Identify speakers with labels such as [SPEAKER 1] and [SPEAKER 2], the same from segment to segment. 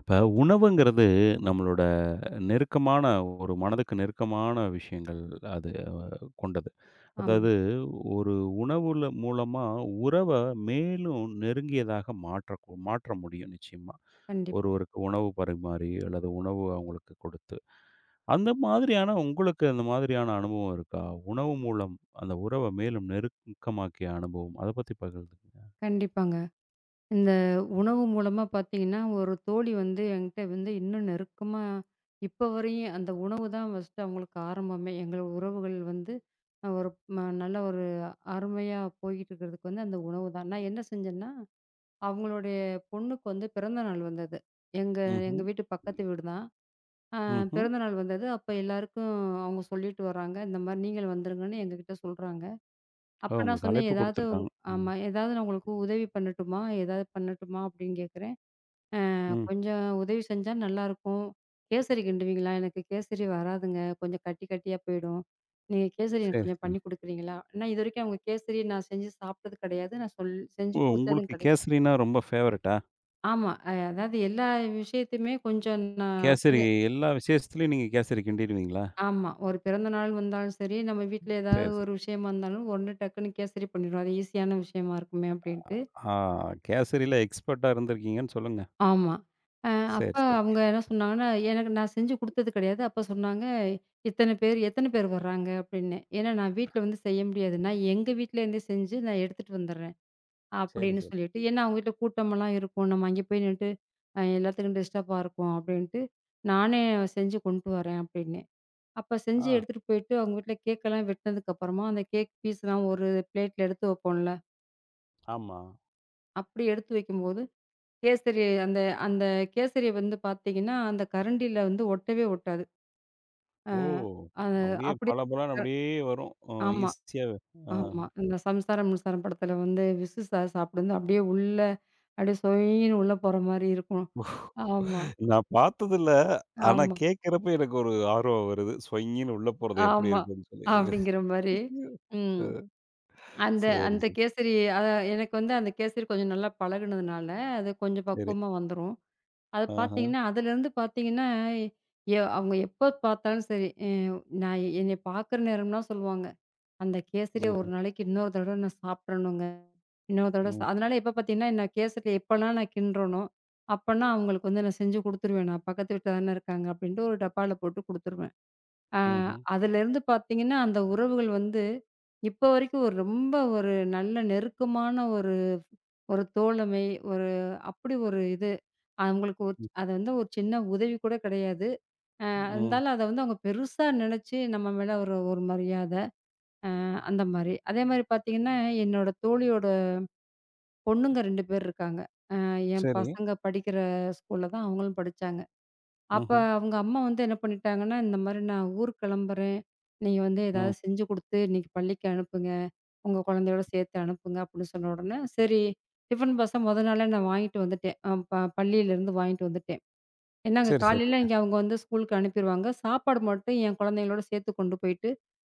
[SPEAKER 1] இப்ப உணவுங்கிறது நம்மளோட நெருக்கமான ஒரு மனதுக்கு நெருக்கமான விஷயங்கள் அது கொண்டது.
[SPEAKER 2] ஆமா.
[SPEAKER 1] அதாவது ஒரு உணவுல மூலமா உறவ மேலும் நெருங்கியதாக மாற்ற முடியும் நிச்சயமா.
[SPEAKER 2] கண்டிப்பா,
[SPEAKER 1] ஒருவருக்கு உணவு பரிமாறி அல்லது உணவு அவங்களுக்கு கொடுத்து. அந்த மாதிரியான உங்களுக்கு அந்த மாதிரியான அனுபவம் இருக்கா? உணவு மூலம் அந்த உறவ மேலும் நெருக்கமாக்கிய அனுபவம். அத பத்தி பகிர்ந்துக்கங்க.
[SPEAKER 2] கண்டிப்பாங்க. இந்த உணவு மூலமா பார்த்தீங்கன்னா, ஒரு தோழி வந்து என்கிட்ட வந்து இன்னும் நெருக்கமா. இப்ப வரையும் அந்த உணவு தான் ஃபர்ஸ்ட்டு அவங்களுக்கு ஆரம்பமே. எங்கள் உறவுகள் வந்து ஒரு நல்ல ஒரு அருமையா போய்கிட்டு இருக்கிறதுக்கு வந்து அந்த உணவு தான். நான் என்ன செஞ்சேன்னா, அவங்களுடைய பொண்ணுக்கு வந்து பிறந்த நாள் வந்தது. எங்க எங்க
[SPEAKER 1] ம்ஹ்ம்,
[SPEAKER 2] வீட்டு பக்கத்து வீடு தான். அ
[SPEAKER 1] ம்ஹ்ம்.
[SPEAKER 2] பிறந்த நாள் வந்தது. அப்ப எல்லாருக்கும் அவங்க சொல்லிட்டு வராங்க. இந்த மாரி நீங்களும் வந்துருங்கன்னு எங்ககிட்ட சொல்றாங்க.
[SPEAKER 1] ஓ!
[SPEAKER 2] அப்ப நான்
[SPEAKER 1] உங்களுக்கு
[SPEAKER 2] சொன்னேன்,
[SPEAKER 1] அழைப்பு
[SPEAKER 2] "ஏதாவது
[SPEAKER 1] குடுத்துருக்காங்க. ம்,
[SPEAKER 2] ஆமா. ஏதாவது நான் உங்களுக்கு உதவி பண்ணட்டுமா? ஏதாவது பண்ணட்டுமா?" அப்படின்னு கேட்குறேன்.
[SPEAKER 1] ம்.
[SPEAKER 2] கொஞ்சம் உதவி செஞ்சா நல்லாயிருக்கும். கேசரி கிண்டுவீங்களா? எனக்கு கேசரி வராதுங்க. கொஞ்சம் கட்டி கட்டியா போயிடும். நீங்க கேசரி எனக்கு
[SPEAKER 1] சரி,
[SPEAKER 2] கொஞ்சம்
[SPEAKER 1] சரி.
[SPEAKER 2] பண்ணி குடுக்குறீங்களா?" ஏன்னா இதுவரைக்கும் அவங்க கேசரி நான் செஞ்சு சாப்பிட்டது கிடையாது. நான் சொல்
[SPEAKER 1] ஓ!
[SPEAKER 2] செஞ்சு குடுத்ததும்
[SPEAKER 1] உங்களுக்கு
[SPEAKER 2] கிடையாது.
[SPEAKER 1] கேசரின்னா ரொம்ப ஃபேவரைட்டா?
[SPEAKER 2] ஆமா. அதாவது எல்லா விஷயத்தையுமே கொஞ்சம் நான்
[SPEAKER 1] கேசரி
[SPEAKER 2] கொஞ்சம்.
[SPEAKER 1] எல்லா விசேஷத்துலயும் நீங்க கேசரி கிண்டிடுவீங்களா?
[SPEAKER 2] ஆமா. ஒரு பிறந்த நாள் வந்தாலும் சரி, நம்ம வீட்ல
[SPEAKER 1] சரி,
[SPEAKER 2] ஏதாவது
[SPEAKER 1] சரி.
[SPEAKER 2] ஒரு விஷயமா இருந்தாலும், உடனே டக்குன்னு கேசரி பண்ணிருவோம். அது ஈஸியான விஷயமா இருக்குமே அப்படின்ட்டு.
[SPEAKER 1] ஆ, கேசரில எக்ஸ்பர்ட்டா இருந்திருக்கீங்கன்னு சொல்லுங்க.
[SPEAKER 2] ஆமா. அ அப்ப
[SPEAKER 1] சரி, சரி.
[SPEAKER 2] அவங்க என்ன சொன்னாங்கன்னா, எனக்கு நான் செஞ்சு குடுத்தது கிடையாது. அப்ப சொன்னாங்க, "இத்தன பேர் எத்தன பேர் வர்றாங்க?" அப்படின்னு. ஏன்னா நான் வீட்ல வந்து செய்ய முடியாது. நான் எங்க வீட்ல இருந்தே செஞ்சு நான் எடுத்துட்டு வந்துர்றேன்,
[SPEAKER 1] சரி,
[SPEAKER 2] அப்படின்னு
[SPEAKER 1] சரி.
[SPEAKER 2] சொல்லிட்டு. ஏன்னா அவங்க வீட்ல கூட்டமெல்லாம் இருக்கும். நம்ம அங்கே போய் நின்னுட்டு எல்லாத்துக்கும் டிஸ்டர்பா இருக்கும் அப்படின்ட்டு, நானே செஞ்சு கொண்டு வரேன் அப்படின்னு. அப்ப
[SPEAKER 1] ஆ,
[SPEAKER 2] செஞ்சு எடுத்துட்டு போயிட்டு அவங்க வீட்ல கேக்கெல்லாம் வெட்டுனதுக்கு அப்புறமா, அந்த கேக் பீஸ்லாம் ஒரு பிளேட்ல எடுத்து வைப்போம்ல,
[SPEAKER 1] ஆமா.
[SPEAKER 2] அப்படி எடுத்து வைக்கும்போது கேசரி அந்த அந்த கேசரி வந்து பார்த்தீங்கன்னா, அந்த கரண்டில வந்து ஒட்டவே ஒட்டாது. அ
[SPEAKER 1] ஓ!
[SPEAKER 2] அது
[SPEAKER 1] அப்படியே
[SPEAKER 2] அப்படியே
[SPEAKER 1] பளபளன்னு
[SPEAKER 2] போட்டு.
[SPEAKER 1] அப்படியே வரும்.
[SPEAKER 2] ஆமா,
[SPEAKER 1] ஈஸியா. ஆ.
[SPEAKER 2] ஆமா. இந்த சம்சாரம் மின்சாரம் படத்துல வந்து விசு சார் சாப்பிடும்போது அப்படியே உள்ள அப்படியே சொய்ன்னு உள்ள போற மாரி இருக்கும். ஆமா,
[SPEAKER 1] நான் பார்த்ததில்ல. ஆனா
[SPEAKER 2] ஆமா,
[SPEAKER 1] கேட்கிறப்ப எனக்கு ஒரு ஆர்வம் வருது. சொய்யின்னு உள்ள போறது எப்படி
[SPEAKER 2] ஆமா.
[SPEAKER 1] இருக்குன்னு சொல்லி.
[SPEAKER 2] அப்படிங்கிற மாரி. ம்.
[SPEAKER 1] அ
[SPEAKER 2] அந்த
[SPEAKER 1] சரி,
[SPEAKER 2] அந்த
[SPEAKER 1] சரி,
[SPEAKER 2] கேசரி அ எனக்கு வந்து அந்த கேசரி கொஞ்சம் நல்லா பழகுனதுனால, அது கொஞ்சம்
[SPEAKER 1] சரி.
[SPEAKER 2] பக்குவமா வந்துரும். அது
[SPEAKER 1] ஆஹா.
[SPEAKER 2] பார்த்தீங்கன்னா, அதுலேருந்து பார்த்தீங்கன்னா, அவங்க எப்ப பார்த்தாலும் சரி, நான் என்னைய பார்க்குற நேரம்லாம் சொல்லுவாங்க. அந்த கேசரிய ஒரு
[SPEAKER 1] ம்ஹ்ம்.
[SPEAKER 2] நாளைக்கு இன்னொரு தடவ நான் சாப்பிட்றணுங்க. இன்னொரு தடவ
[SPEAKER 1] ம்.
[SPEAKER 2] அதனால எப்ப பார்த்தீங்கன்னா, நான் கேசரி எப்பலாம் நான் கிண்டுறேனோ, அப்பன்னா அவங்களுக்கு வந்து நான் செஞ்சு குடுத்துருவேன். நான் பக்கத்து வீட்ல தானே இருக்காங்க அப்படின்ட்டு ஒரு டப்பால போட்டு குடுத்துருவேன். அ
[SPEAKER 1] ம்ஹ்ம்.
[SPEAKER 2] அதுலேருந்து பார்த்தீங்கன்னா, அந்த உறவுகள் வந்து இப்ப வரைக்கும் ஒரு ரொம்ப ஒரு நல்ல நெருக்கமான ஒரு ஒரு தோழமை, ஒரு அப்படி ஒரு இது. அவங்களுக்கு ஒரு
[SPEAKER 1] ம்.
[SPEAKER 2] அது வந்து ஒரு சின்ன உதவி கூட கிடையாது.
[SPEAKER 1] ம்.
[SPEAKER 2] இருந்தாலும் அத வந்து அவங்க பெருசா நினைச்சு நம்ம மேல ஒரு ஒரு மரியாத, அந்த மாரி. அதே மாரி பார்த்தீங்கன்னா, என்னோட தோழியோட பொண்ணுங்க 2 பேர் இருக்காங்க. அ என்
[SPEAKER 1] சரி.
[SPEAKER 2] பசங்க படிக்கிற ஸ்கூல்ல தான் அவங்களும் படிச்சாங்க. அப்ப
[SPEAKER 1] ம்ஹ்ம்.
[SPEAKER 2] அவங்க அம்மா வந்து என்ன பண்ணிட்டாங்கன்னா, இந்த மாரி "நான் ஊருக்கு கிளம்புறேன். நீங்க வந்து
[SPEAKER 1] ம்.
[SPEAKER 2] ஏதாவது செஞ்சு குடுத்து இன்னைக்கு பள்ளிக்கு அனுப்புங்க. உங்க குழந்தையோட சேர்த்து அனுப்புங்க" அப்படின்னு சொன்ன உடனே, சரி டிஃபன் பாக்ஸ மொத நாளே நான் வாங்கிட்டு வந்துட்டேன். அ ப பள்ளியிலேருந்து வாங்கிட்டு வந்துட்டேன். ஏன்னாங்க
[SPEAKER 1] சரி, சரி.
[SPEAKER 2] காலையில இங்க அவங்க வந்து ஸ்கூலுக்கு அனுப்பிருவாங்க. சாப்பாடு மட்டும் என் குழந்தைங்களோட சேர்த்து கொண்டு போயிட்டு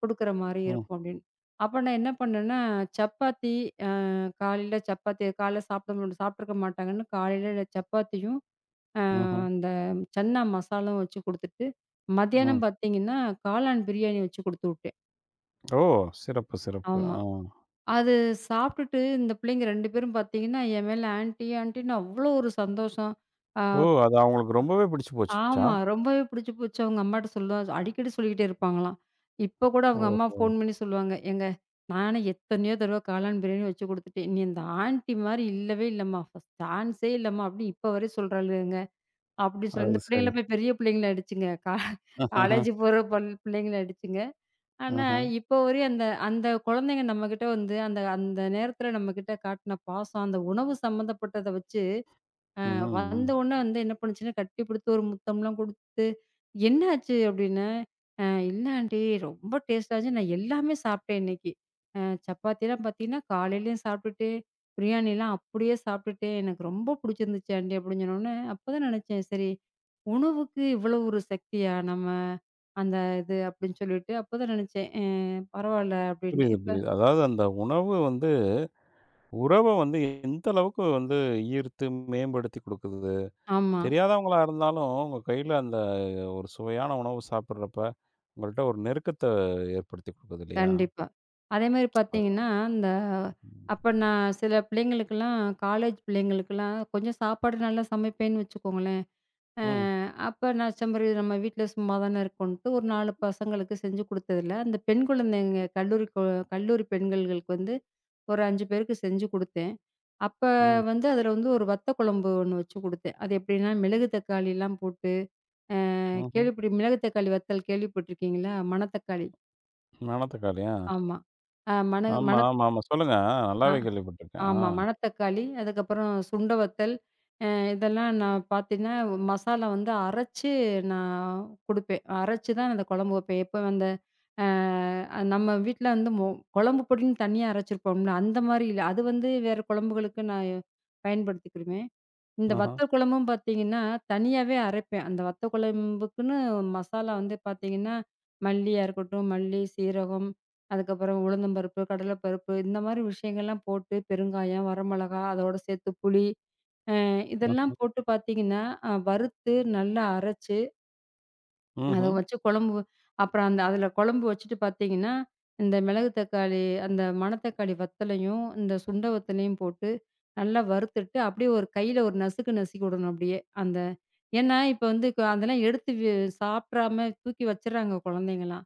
[SPEAKER 2] குடுக்குற மாரி
[SPEAKER 1] ம்.
[SPEAKER 2] இருக்கும் அப்படின்னு. அப்ப நான் என்ன பண்ணேன்னா, சப்பாத்தி அ காலையில சப்பாத்தி காலைல சாப்பிட முடியும் சாப்ட்டுருக்க மாட்டாங்கன்னு காலையில சப்பாத்தியும்,
[SPEAKER 1] ம்ஹ்ம்.
[SPEAKER 2] அந்த சன்னா மசாலாவும் வச்சு குடுத்துட்டு,
[SPEAKER 1] ம்.
[SPEAKER 2] மத்தியானம் பார்த்தீங்கன்னா, காளான் பிரியாணி வச்சு குடுத்து விட்டேன்.
[SPEAKER 1] ஓ! சிறப்பு, சிறப்பு.
[SPEAKER 2] ஆமா.
[SPEAKER 1] ஆ.
[SPEAKER 2] அது சாப்ட்டுட்டு இந்த பிள்ளைங்க 2 பேரும் பார்த்தீங்கன்னா, என் மேல ஆன்ட்டி ஆன்ட்டின்னு அவ்வளோ ஒரு சந்தோஷம். அ
[SPEAKER 1] ஓ! அது அவங்களுக்கு ரொம்பவே பிடிச்சு போச்சுச்சா?
[SPEAKER 2] ஆமா. ரொம்பவே பிடிச்சு போச்சு. அவங்க அம்மாட்ட சொல்லுவா அடிக்கடி சொல்லிக்கிட்டே இருப்பாங்களாம். இப்ப கூட அவங்க அம்மா
[SPEAKER 1] ஓஹோ!
[SPEAKER 2] ஃபோன் பண்ணி சொல்லுவாங்க. "ஏங்க நானே எத்தனையோ தடவ காளான் பிரியாணி வச்சு குடுத்துட்டேன். நீ அந்த ஆன்டி மாரி இல்லவே இல்லம்மா. ஃபர்ஸ்ட் சான்ஸே இல்லம்மா" அப்படின்னு இப்ப வரையும் சொல்றாளுகங்க. அப்படி சொல்லி
[SPEAKER 1] அது
[SPEAKER 2] இந்த
[SPEAKER 1] சரி.
[SPEAKER 2] பிள்ளைங்கள போய் பெரிய பிள்ளைங்களாயிடுச்சுங்க.
[SPEAKER 1] அஹஹ.
[SPEAKER 2] காலேஜ் போற பிள்ளைங்களாயிடுச்சுங்க. ஆனா,
[SPEAKER 1] ஆஹா.
[SPEAKER 2] இப்போ வரையும் அந்த அந்த குழந்தைங்க நம்மகிட்ட வந்து அந்த அந்த நேரத்துல நம்மகிட்ட காட்டுன பாசம், அந்த உணவு சம்மந்தப்பட்டத வச்சு
[SPEAKER 1] ம்,
[SPEAKER 2] வந்த
[SPEAKER 1] ம்.
[SPEAKER 2] உடனே வந்து என்ன பண்ணுச்சுன்னா, கட்டி பிடித்து ஒரு முத்தம்லாம் குடுத்து, "என்ன ஆச்சு?" அப்படின்னேன். "அ இல்ல ஆன்ட்டி ரொம்ப டேஸ்ட்டா இருந்துச்சு. நான் எல்லாமே சாப்பிட்டேன் இன்னைக்கு. அ சப்பாத்திலாம் பார்த்தீங்கன்னா, காலையிலயும் சாப்பிட்டுட்டு, பிரியாணிலாம் அப்படியே சாப்பிட்டுட்டேன். எனக்கு ரொம்ப பிடிச்சிருந்துச்சு ஆன்ட்டி" அப்படின்னு சொன்னோனே, அப்பதான் நெனச்சேன், "சரி உணவுக்கு இவ்வளோ ஒரு சக்தியா நம்ம அந்த இது?" அப்படின்னு சொல்லிட்டு அப்பதான் நெனச்சேன். பரவால்ல அப்படின்ட்டு.
[SPEAKER 1] புரியுது,
[SPEAKER 2] இப்ப
[SPEAKER 1] புரியுது. அதாவது அந்த உணவு வந்து உறவ வந்து எந்த அளவுக்கு வந்து ஈர்த்து மேம்படுத்தி குடுக்குது.
[SPEAKER 2] ஆமா.
[SPEAKER 1] தெரியாதவங்களா இருந்தாலும் உங்க கையில அந்த ஒரு சுவையான உணவு சாப்பிடுறப்ப, உங்கள்ட்ட ஒரு நெருக்கத்த ஏற்படுத்தி குடுக்குது இல்லையா?
[SPEAKER 2] கண்டிப்பா. அதேமாரி
[SPEAKER 1] அதான்.
[SPEAKER 2] பார்த்தீங்கன்னா, இந்த அப்ப
[SPEAKER 1] ம்.
[SPEAKER 2] நான் சில பிள்ளைங்களுக்கெல்லாம் காலேஜ் பிள்ளைங்களுக்கெல்லாம் கொஞ்சம் சாப்பாடு நல்லா சமைப்பேன்னு வச்சுக்கோங்களேன். அ
[SPEAKER 1] ம்.
[SPEAKER 2] அப்ப நான் செம்பரி நம்ம வீட்ல சும்மா தானே இருக்கோன்ட்டு ஒரு 4 பசங்களுக்கு செஞ்சு குடுத்ததுல, அந்த பெண் குழந்தைங்க கல்லூரி பெண்கள்களுக்கு வந்து ஒரு 5 பேருக்கு செஞ்சு குடுத்தேன். அப்ப
[SPEAKER 1] ம்.
[SPEAKER 2] வந்து அதில வந்து ஒரு வத்த குழம்பு ஒண்ணு வச்சு குடுத்தேன். அது எப்படின்னா மிளகு தக்காளிலாம் போட்டு அ
[SPEAKER 1] ம்ஹ்ம்.
[SPEAKER 2] கேள்விப்பட்டு மிளகு தக்காளி வத்தல் கேள்விப்பட்டுருக்கீங்களா? மணத்தக்காளி.
[SPEAKER 1] மணத்தக்காளியா?
[SPEAKER 2] ஆமா. அ மண
[SPEAKER 1] ஆமா,
[SPEAKER 2] மணத்
[SPEAKER 1] ஆமா, ஆமா. சொல்லுங்க. ஆ,
[SPEAKER 2] ஆ.
[SPEAKER 1] நல்லாவே கேள்விப்பட்டுருக்கேன். ஆ.
[SPEAKER 2] ஆமா. மணத்தக்காளி, அதுக்கப்புறம் சுண்ட வத்தல், அ இதெல்லாம் நான் பார்த்தீங்கன்னா, மசாலா வந்து அரைச்சு நான் குடுப்பேன். அரைச்சு தான் அந்த குழம்பு வைப்பேன். எப்போ அந்த நம்ம வீட்ல வந்து குழம்பு பொடின்னு தனியா அரைச்சிருப்போம்ல, அந்த மாரி இல்ல. அது வந்து வேற குழம்புகளுக்கு நான் பயன்படுத்திக்கிருவேன். இந்த
[SPEAKER 1] ஆஹ.
[SPEAKER 2] வத்த குழம்பும் பார்த்தீங்கன்னா, தனியாவே அரைப்பேன். அந்த வத்த குழம்புக்குன்னு மசாலா வந்து பார்த்தீங்கன்னா, மல்லியா இருக்கட்டும், மல்லி, சீரகம், அதுக்கப்புறம் உளுந்தம்பருப்பு, கடலைப்பருப்பு இந்த மாரி விஷயங்கள்லாம் போட்டு பெருங்காயம், வரமிளகாய், அதோட சேர்த்து புளி,
[SPEAKER 1] ஆஹ.
[SPEAKER 2] இதெல்லாம் போட்டு பார்த்தீங்கன்னா, வறுத்து நல்லா அரைச்சு அத
[SPEAKER 1] ம்ஹ்ம்.
[SPEAKER 2] வச்சு குழம்பு அப்புறம் அந்த அதில குழம்பு வச்சுட்டு பார்த்தீங்கன்னா, இந்த மிளகு தக்காளி அந்த மணத்தக்காளி வத்தலையும், இந்த சுண்ட வத்தலையும் போட்டு நல்லா வறுத்துட்டு, அப்படியே ஒரு கையில ஒரு நசுக்கு நசுக்கி விடணும் அப்படியே. அந்த ஏன்னா இப்ப வந்து அதெல்லாம் எடுத்து சாப்பிடாம தூக்கி வச்சுறாங்க குழந்தைங்கலாம்.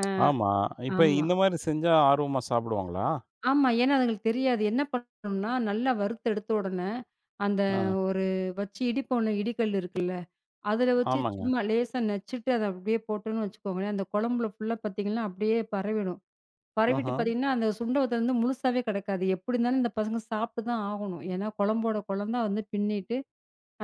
[SPEAKER 2] அ
[SPEAKER 1] ஆமா. இப்ப
[SPEAKER 2] ஆமா.
[SPEAKER 1] இந்த மாரி செஞ்சா ஆர்வமா சாப்பிடுவாங்களா?
[SPEAKER 2] ஆமா. ஏன்னா அதுங்களுக்கு தெரியாது. என்ன பண்ணணும்னா, நல்லா வறுத்து எடுத்த உடனே, அந்த
[SPEAKER 1] ஆ.
[SPEAKER 2] ஒரு வச்சு இடிப்போம்ல இடிக்கல் இருக்குல்ல. அதில வச்சு
[SPEAKER 1] ஆமாங்க.
[SPEAKER 2] சும்மா லேசா நச்சுட்டு அத அப்படியே போட்டோம்ன்னு வச்சுக்கோங்களேன், அந்த குழம்புல ஃபுல்லா பார்த்தீங்கன்னா, அப்படியே பரவிடும்.
[SPEAKER 1] ஆஹ.
[SPEAKER 2] பரவிட்டு பார்த்தீங்கன்னா, அந்த சுண்ட வத்தல் வந்து முழுசாவே கிடக்காது. எப்படி இருந்தாலும் இந்த பசங்க சாப்பிட்டு தான் ஆகணும். ஏன்னா குழம்போட குழம்பா வந்து பின்னிட்டு.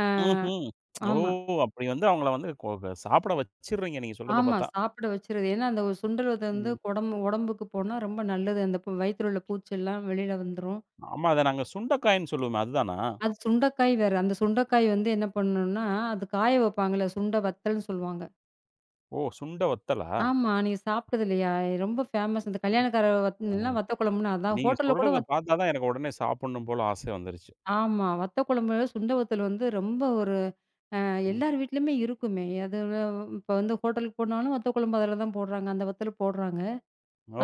[SPEAKER 2] ஆ
[SPEAKER 1] ம்ஹ்ம். ஓ!
[SPEAKER 2] ஆமா,
[SPEAKER 1] அப்படி வந்து அவங்கள வந்து கொ க சாப்பிட வச்சுடுறீங்க நீங்க சொல்றத
[SPEAKER 2] ஆமா.
[SPEAKER 1] பார்த்தா.
[SPEAKER 2] சாப்பிட வச்சுருது. ஏன்னா அந்த சுண்டல் வத்தல் வந்து
[SPEAKER 1] ம்.
[SPEAKER 2] குடம்பு உடம்புக்கு போனா ரொம்ப நல்லது. அந்த வயித்துல உள்ள பூச்செல்லாம் வெளியில வந்துரும்.
[SPEAKER 1] ஆமா. அத நாங்க சுண்டைக்காய்ன்னு சொல்லுவோமே அதுதானா?
[SPEAKER 2] அது சுண்டைக்காய் வேற. அந்த சுண்டைக்காய் வந்து என்ன பண்ணணும்னா, அது காய வைப்பாங்கல்ல, சுண்ட வத்தல்ன்னு சொல்லுவாங்க.
[SPEAKER 1] ஓ! சுண்ட வத்தலா?
[SPEAKER 2] ஆமா. நீங்க சாப்பிட்டது இல்லையா? ரொம்ப ஃபேமஸ். இந்த கல்யாணக்கார வத்தல்னா
[SPEAKER 1] ஆ.
[SPEAKER 2] வத்த குழம்புன்னு அதான்.
[SPEAKER 1] நீங்க
[SPEAKER 2] ஹோட்டல்ல கூட
[SPEAKER 1] சொல்றத பார்த்தா தான் எனக்கு உடனே சாப்பிடணும் போல ஆசை வந்துருச்சு.
[SPEAKER 2] ஆமா. வத்த குழம்பு, சுண்ட வத்தல் வந்து ரொம்ப ஒரு அ
[SPEAKER 1] ம்.
[SPEAKER 2] எல்லார் வீட்லயுமே இருக்குமே. அது இப்ப வந்து ஹோட்டலுக்கு போனாலும் வத்த குழம்பு அதுல தான் போடுறாங்க. அந்த வத்தல் போடுறாங்க.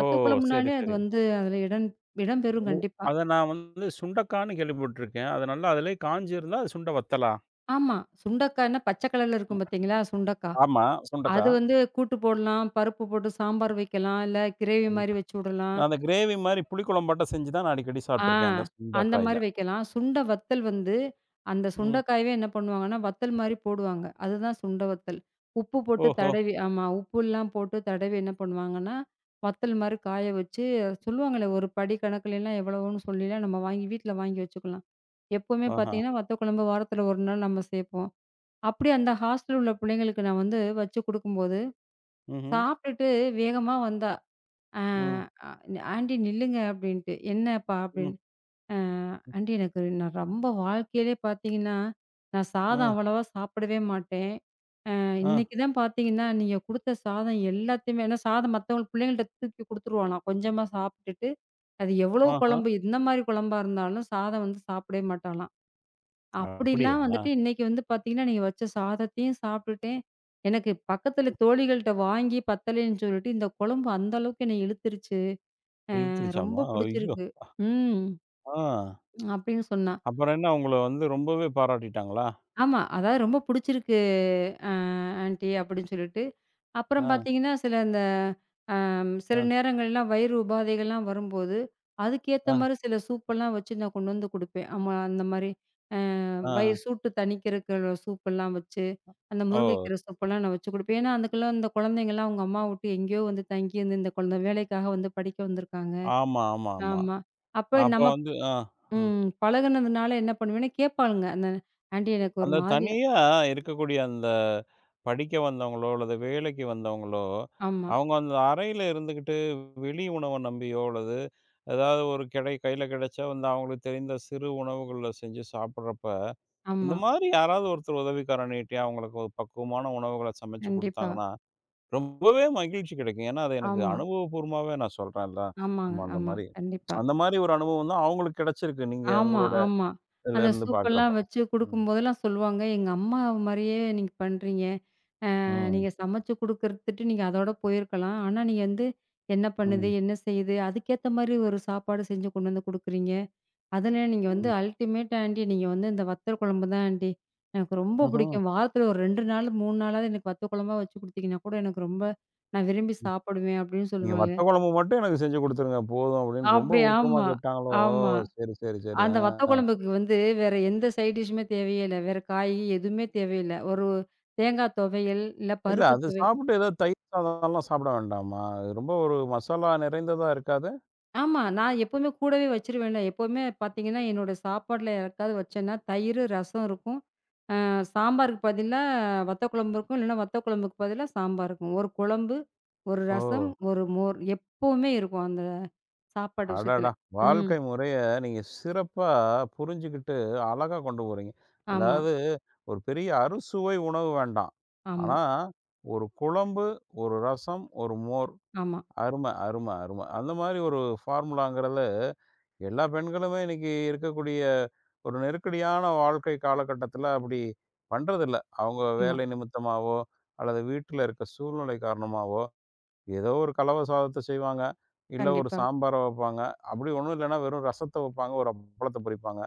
[SPEAKER 1] ஓ! சரி,
[SPEAKER 2] குழம்புனாலே அது
[SPEAKER 1] சரி.
[SPEAKER 2] வந்து அதுல இடம் இடம்பெறும்
[SPEAKER 1] ஓ!
[SPEAKER 2] கண்டிப்பா.
[SPEAKER 1] அத நான் வந்து சுண்டக்கான்னு கேள்விப்பட்டுருக்கேன். அது நல்லா அதிலயே காய்ஞ்சிருந்தா அது சுண்ட வத்தலா?
[SPEAKER 2] ஆமா. சுண்டக்காய்ன்னா பச்சை கலர்ல இருக்கும் பார்த்தீங்களா? சுண்டக்காய்.
[SPEAKER 1] ஆமா. சுண்டக்கா.
[SPEAKER 2] அது வந்து கூட்டு போடலாம், பருப்பு போட்டு சாம்பார் வைக்கலாம், இல்ல கிரேவி
[SPEAKER 1] ம்.
[SPEAKER 2] மாரி வச்சு விடலாம்.
[SPEAKER 1] அந்த கிரேவி மாரி புளிக்குழம்பாட்டம் செஞ்சு தான் நான் அடிக்கடி
[SPEAKER 2] ஆ.
[SPEAKER 1] சாப்ட்டுருக்கேன். அந்த
[SPEAKER 2] அந்த
[SPEAKER 1] சுண்டக்காயில.
[SPEAKER 2] மாரி வைக்கலாம். சுண்ட வத்தல் வந்து, அந்த
[SPEAKER 1] ம்.
[SPEAKER 2] சுண்டைக்காயவே என்ன பண்ணுவாங்கன்னா, வத்தல் மாரி போடுவாங்க. அதுதான் சுண்ட வத்தல். உப்பு போட்டு
[SPEAKER 1] ஓஹோ!
[SPEAKER 2] தடவி ஆமா. உப்புலாம் போட்டு தடவி என்ன பண்ணுவாங்கன்னா, வத்தல் மாரி காய வச்சு சொல்லுவாங்கல்ல, ஒரு படி கணக்குலலாம் எவ்வளவோன்னு சொல்லிலாம் நம்ம வாங்கி வீட்ல வாங்கி வச்சுக்கலாம். எப்பவுமே
[SPEAKER 1] ஆஹா!
[SPEAKER 2] பார்த்தீங்கன்னா, வத்த குழம்பு வாரத்தில 1 நாள் நம்ம சேர்ப்போம். அப்படியே அந்த ஹாஸ்டல்ல உள்ள பிள்ளைங்களுக்கு நான் வந்து வச்சு குடுக்கும்போது,
[SPEAKER 1] ம்ஹ்ம்.
[SPEAKER 2] சாப்பிட்டுட்டு வேகமா வந்தா, "ஆ
[SPEAKER 1] ம்.
[SPEAKER 2] ஆ ஆன்டி நில்லுங்க" அப்படின்ட்டு. "என்னப்பா?"
[SPEAKER 1] ம்.
[SPEAKER 2] அப்படின்னு. அ ஆன்டி எனக்கு நான் ரொம்ப வாழ்க்கையிலே பார்த்தீங்கன்னா, நான் சாதம்
[SPEAKER 1] அ.
[SPEAKER 2] அவ்வளவா சாப்பிடவே மாட்டேன்.
[SPEAKER 1] அ.
[SPEAKER 2] இன்னைக்கு தான் பார்த்தீங்கன்னா, நீங்க குடுத்த சாதம் எல்லாத்தையுமே ஏன்னா சாதம் மத்தவங்களுக்கு பிள்ளைங்கள்ட்ட தூக்கி குடுத்துருவாளாம். கொஞ்சமா சாப்பிட்டுட்டு, அது எவ்வளோ
[SPEAKER 1] ஆஹா!
[SPEAKER 2] குழம்பு இந்த மாரி குழம்பா இருந்தாலும் சாதம் வந்து சாப்பிடவே மாட்டாளாம்.
[SPEAKER 1] அப்படியா?
[SPEAKER 2] அப்படிலாம் வந்துட்டு இன்னைக்கு வந்து பார்த்தீங்கன்னா, நீங்க வச்ச சாதத்தையும் சாப்பிட்டுட்டேன். எனக்கு பக்கத்துல தோழிகள்ட்ட வாங்கி பத்தலேன்னு சொல்லிட்டு, இந்த குழம்பு அந்த அளவுக்கு என்னை இழுத்துருச்சு. ரொம்ப
[SPEAKER 1] இழுத்துருச்சாமா? ஐயோ!
[SPEAKER 2] புடிச்சிருக்கு. ம்.
[SPEAKER 1] ஆ.
[SPEAKER 2] அப்படின்னு சொன்னா.
[SPEAKER 1] அப்புறம் என்ன உங்கள வந்து ரொம்பவே பாராட்டிட்டாங்களா?
[SPEAKER 2] ஆமா. அதாவது ரொம்ப புடிச்சிருக்கு அ ஆன்டி அப்படின்னு சொல்லிட்டு. அப்புறம்
[SPEAKER 1] அ,
[SPEAKER 2] பார்த்தீங்கன்னா, சில இந்த ம் சில
[SPEAKER 1] அ,
[SPEAKER 2] நேரங்கள்லாம் வயிறு உபாதைகள்லாம் வரும்போது, அதுக்கேத்த
[SPEAKER 1] அ,
[SPEAKER 2] மாரி சில சூப்பெல்லாம் வச்சு நான் கொண்டு வந்து குடுப்பேன். ஆமா அந்த மாரி
[SPEAKER 1] அ.
[SPEAKER 2] வயிறு சூட்டு தணிக்கிறதுக்கு சூப்பெல்லாம் வச்சு, அந்த
[SPEAKER 1] ஓ!
[SPEAKER 2] முருங்கைக்கீரை சூப்பெல்லாம் நான் வச்சு குடுப்பேன். ஏன்னா, அதுக்கெல்லாம் இந்த குழந்தைங்கலாம் அவங்க அம்மாவ விட்டு எங்கேயோ வந்து தங்கி வந்து இந்த குழந்த வேலைக்காக வந்து படிக்க வந்திருக்காங்க.
[SPEAKER 1] ஆமா, ஆமா, ஆமா.
[SPEAKER 2] ஆமா. அப்ப
[SPEAKER 1] அப்ப
[SPEAKER 2] நம்ம
[SPEAKER 1] வந்து ஆ, ஆ.
[SPEAKER 2] பழகுனதுனால என்ன பண்ணுவேன்னா, கேட்பாளுங்க. அந்த ஆன்டி எனக்கு ஒரு
[SPEAKER 1] அந்த
[SPEAKER 2] மாரியா.
[SPEAKER 1] தனியா இருக்கக்கூடிய அந்த படிக்க வந்தவங்களோ, அல்லது வேலைக்கு வந்தவங்களோ,
[SPEAKER 2] ஆமா,
[SPEAKER 1] அவங்க அந்த அறையில இருந்துகிட்டு வெளி உணவ நம்பியோ, அல்லது ஏதாவது ஒரு கையில கிடைச்சா வந்து அவங்களுக்கு தெரிந்த சிறு உணவுகள்ல செஞ்சு சாப்பிடுறப்ப, இந்த
[SPEAKER 2] ஆமா.
[SPEAKER 1] மாரி யாராவது ஒருத்தர் உதவிக்கரம் நீட்டி அவங்களுக்கு ஒரு பக்குவமான உணவுகள சமைச்சு
[SPEAKER 2] கண்டிப்பா.
[SPEAKER 1] குடுத்தாங்கன்னா, ரொம்பவே மகிழ்ச்சி கிடைக்கும். ஏன்னா, அது எனக்கு
[SPEAKER 2] ஆமா.
[SPEAKER 1] அனுபவபூர்வமாவே நான் சொல்றேன்ல.
[SPEAKER 2] ஆமாங்க.
[SPEAKER 1] ஆமா அந்த
[SPEAKER 2] ஆமா.
[SPEAKER 1] மாரி.
[SPEAKER 2] கண்டிப்பா.
[SPEAKER 1] அந்த மாரி ஒரு அனுபவம் தான் அவங்களுக்கு கிடைச்சிருக்கு. நீங்க
[SPEAKER 2] ஆமா,
[SPEAKER 1] உங்களோட
[SPEAKER 2] ஆமா.
[SPEAKER 1] இதுல
[SPEAKER 2] அந்த
[SPEAKER 1] இருந்து
[SPEAKER 2] சூப்பெல்லாம்
[SPEAKER 1] பார்க்குறப்போ.
[SPEAKER 2] வச்சு
[SPEAKER 1] ம்.
[SPEAKER 2] குடுக்கும்போதெல்லாம் சொல்லுவாங்க, "எங்க அம்மா மாரியே நீங்க பண்றீங்க.
[SPEAKER 1] ம்.
[SPEAKER 2] நீங்க சமைச்சு குடுக்கறதுட்டு நீங்க அதோட போயிருக்கலாம். ஆனா, நீங்க வந்து என்ன பண்ணுது?
[SPEAKER 1] ம்.
[SPEAKER 2] என்ன செய்யுது? அதுக்கேத்த மாரி ஒரு சாப்பாடு செஞ்சு கொண்டு வந்து குடுக்குறீங்க. அதுல நீங்க வந்து
[SPEAKER 1] ம்.
[SPEAKER 2] அல்டிமேட் ஆன்டி நீங்க வந்து இந்த வத்தல் குழம்பு தான் ஆன்டி. எனக்கு ரொம்ப
[SPEAKER 1] ம்ஹ்ம்.
[SPEAKER 2] பிடிக்கும். வாரத்துல ஒரு 2 நாள், 3 நாளாவது எனக்கு வத்த குழம்பா வச்சு குடுத்தீங்கன்னா கூட எனக்கு ரொம்ப நான் விரும்பி
[SPEAKER 1] ம்.
[SPEAKER 2] சாப்பிடுவேன்." அப்படின்னு
[SPEAKER 1] நீங்க வத்த
[SPEAKER 2] சொல்லுவாளுங்க.
[SPEAKER 1] குழம்பு மட்டும் எனக்கு செஞ்சு குடுத்துருங்க போதும் அப்படின்னு ரொம்ப
[SPEAKER 2] அப்படி
[SPEAKER 1] உருக்கமா
[SPEAKER 2] ஆமா,
[SPEAKER 1] கேட்டாங்களோ!
[SPEAKER 2] ஆமா.
[SPEAKER 1] சரி, சரி, சரி. ஆ.
[SPEAKER 2] அந்த வத்த குழம்புக்கு வந்து வேற எந்த சைட் டிஷ்ஷுமே தேவையே இல்ல. வேற காய் எதுவுமே தேவையில்ல. ஒரு தேங்காய் துவையல், இல்ல
[SPEAKER 1] இல்ல
[SPEAKER 2] பருப்பு
[SPEAKER 1] அது
[SPEAKER 2] துவையல்.
[SPEAKER 1] சாப்பிட்டு ஏதோ தயிர் சாதம்லாம் சாப்பிட வேண்டாமா? அது ரொம்ப ஒரு மசாலா நிறைந்ததா இருக்காது?
[SPEAKER 2] ஆமா. நான் எப்பவுமே கூடவே வச்சுருவேன்ல. எப்பவுமே பார்த்தீங்கன்னா, என்னோட சாப்பாட்ல யாருக்காவது வச்சேன்னா, தயிரு, ரசம் இருக்கும். சாம்பாருக்கு பதிலா வத்த குழம்பு இருக்கும். இல்லன்னா வத்த குழம்புக்கு பதிலா சாம்பார் இருக்கும். ஒரு குழம்பு, ஒரு
[SPEAKER 1] ஓ!
[SPEAKER 2] ரசம், ஒரு மோர் எப்பவுமே இருக்கும் அந்த சாப்பாடு விஷயத்துல.
[SPEAKER 1] அடடா!
[SPEAKER 2] ம்.
[SPEAKER 1] வாழ்க்கை முறைய நீங்க சிறப்பா புரிஞ்சுகிட்டு அழகா கொண்டு போறீங்க.
[SPEAKER 2] ஆமா,
[SPEAKER 1] அதாவது ஒரு பெரிய அறுசுவை உணவு வேண்டாம்.
[SPEAKER 2] ஆமா,
[SPEAKER 1] ஆனா, ஒரு குழம்பு, ஒரு ரசம், ஒரு மோர்.
[SPEAKER 2] ஆமா,
[SPEAKER 1] அரும, அரும, அரும. அந்த மாரி ஒரு ஃபார்முலாங்கிறத எல்லா பெண்களுமே இன்னைக்கு இருக்கக்கூடிய ஒரு நெருக்கடியான வாழ்க்கை காலகட்டத்தில அப்படி பண்றதில்ல. அவங்க
[SPEAKER 2] ஆமா,
[SPEAKER 1] வேலை நிமித்தமாவோ, அல்லது வீட்ல இருக்க சூழ்நிலை காரணமாவோ, ஏதோ ஒரு கலவ சாதத்த செய்வாங்க. இல்ல ஒரு
[SPEAKER 2] கண்டிப்பா.
[SPEAKER 1] சாம்பார வைப்பாங்க. அப்படி ஒண்ணும் இல்லன்னா வெறும் ரசத்த வைப்பாங்க. ஒரு அப்பளத்த பொரிப்பாங்க.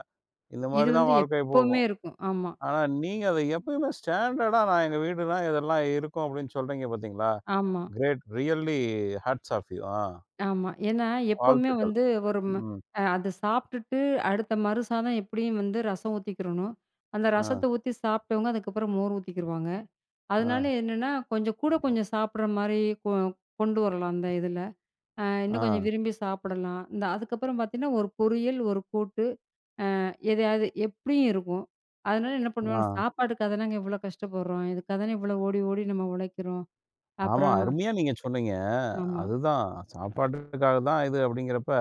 [SPEAKER 1] இந்த
[SPEAKER 2] இது
[SPEAKER 1] மாரி தான்
[SPEAKER 2] வந்து
[SPEAKER 1] வாழ்க்கை
[SPEAKER 2] எப்பவுமே
[SPEAKER 1] போகும்.
[SPEAKER 2] இருக்கும். ஆமா,
[SPEAKER 1] ஆனா நீங்க அத எப்பயுமே ஸ்டாண்டர்டா நான் எங்க வீடுனா இதெல்லாம் இருக்கும் அப்படின்னு சொல்றீங்க பார்த்தீங்களா?
[SPEAKER 2] ஆமா.
[SPEAKER 1] Great really hats off you. ஆ,
[SPEAKER 2] ஆமா. ஏன்னா, எப்பவுமே
[SPEAKER 1] வாழ்த்துக்கள்.
[SPEAKER 2] வந்து ஒரு ம
[SPEAKER 1] ம்.
[SPEAKER 2] அ அத சாப்பிட்டுட்டு அடுத்த மறுசாதம் எப்படியும் வந்து ரசம் ஊத்திக்கிறணும். அந்த
[SPEAKER 1] ஆ,
[SPEAKER 2] ரசத்த ஊத்தி சாப்பிட்டவங்க அதுக்கப்புறம் மோர் ஊத்திக்கிருவாங்க.
[SPEAKER 1] ஆ,
[SPEAKER 2] அதனால என்னன்னா, கொஞ்சம் கூட கொஞ்சம் சாப்பிடுற மாரி கொ கொண்டு வரலாம் அந்த இதுல. இன்னும் கொஞ்சம்
[SPEAKER 1] ஆ,
[SPEAKER 2] விரும்பி சாப்பிடலாம். இந்த அதுக்கப்புறம் பார்த்தீங்கன்னா, ஒரு பொரியல், ஒரு கூட்டு எதையாவது எப்படியும் இருக்கும். அதனால என்ன பண்ணுவாங்க,
[SPEAKER 1] ஆ.
[SPEAKER 2] சாப்பாட்டுக்காக தானங்க இவ்வளோ கஷ்டப்படுறோம். இதுக்காக தானே இவ்வளோ ஓடி ஓடி நம்ம உழைக்கிறோம்.
[SPEAKER 1] ஆமா.
[SPEAKER 2] அப்புறம்
[SPEAKER 1] அருமையா நீங்க சொன்னீங்க.
[SPEAKER 2] ஆமா,
[SPEAKER 1] அதுதான் சாப்பாட்டுக்காக தான் இது அப்படிங்கிறப்ப,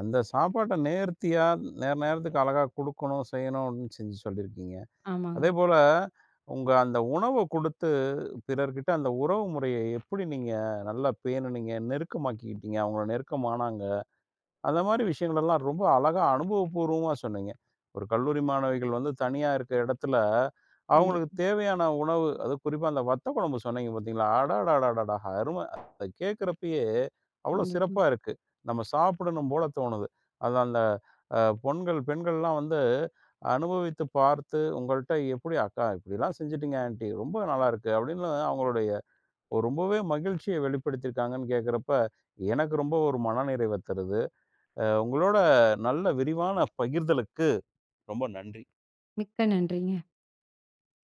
[SPEAKER 1] அந்த சாப்பாட்ட நேர்த்தியா, நேர நேரத்துக்கு அழகா குடுக்கணும், செய்யணும் அப்படின்னு செஞ்சு சொல்லியிருக்கீங்க.
[SPEAKER 2] ஆமாங்க.
[SPEAKER 1] அதேபோல உங்க அந்த உணவ குடுத்து பிறர்கிட்ட அந்த உறவு முறைய எப்படி நீங்க நல்லா பேணுனீங்க? நெருக்கமாக்கிக்கிட்டீங்க. அவங்கள நெருக்கமானாங்க. அந்த மாதிரி விஷயங்களெல்லாம் ரொம்ப அழகா அனுபவபூர்வமா சொன்னீங்க. ஒரு கல்லூரி மாணவிகள் வந்து தனியா இருக்கிற இடத்துல, அவங்களுக்கு
[SPEAKER 2] கண்டிப்பா,
[SPEAKER 1] தேவையான உணவு, அதுவும் குறிப்பா அந்த வத்த குழம்பு சொன்னீங்க பார்த்தீங்களா? அடடடடடா! அரும. அத கேட்கிறப்பயே அவ்வளோ
[SPEAKER 2] கண்டிப்பா.
[SPEAKER 1] சிறப்பா இருக்கு. நம்ம சாப்பிடணும் போல தோணுது. அது அந்த அ பொண்கள், பெண்கள்லாம் வந்து அனுபவித்து பார்த்து உங்கள்ட்ட எப்படி "அக்கா இப்படிலாம் செஞ்சுட்டீங்க ஆன்ட்டி. ரொம்ப நல்லாயிருக்கு" அப்படின்னு அவங்களுடைய ஒரு ரொம்பவே மகிழ்ச்சிய வெளிப்படுத்தியிருக்காங்கன்னு கேட்கிறப்ப, எனக்கு ரொம்ப ஒரு மனநிறைவ தருது. உங்களோட நல்ல விரிவான பகிர்தலுக்கு ரொம்ப நன்றி.
[SPEAKER 2] மிக்க நன்றிங்க.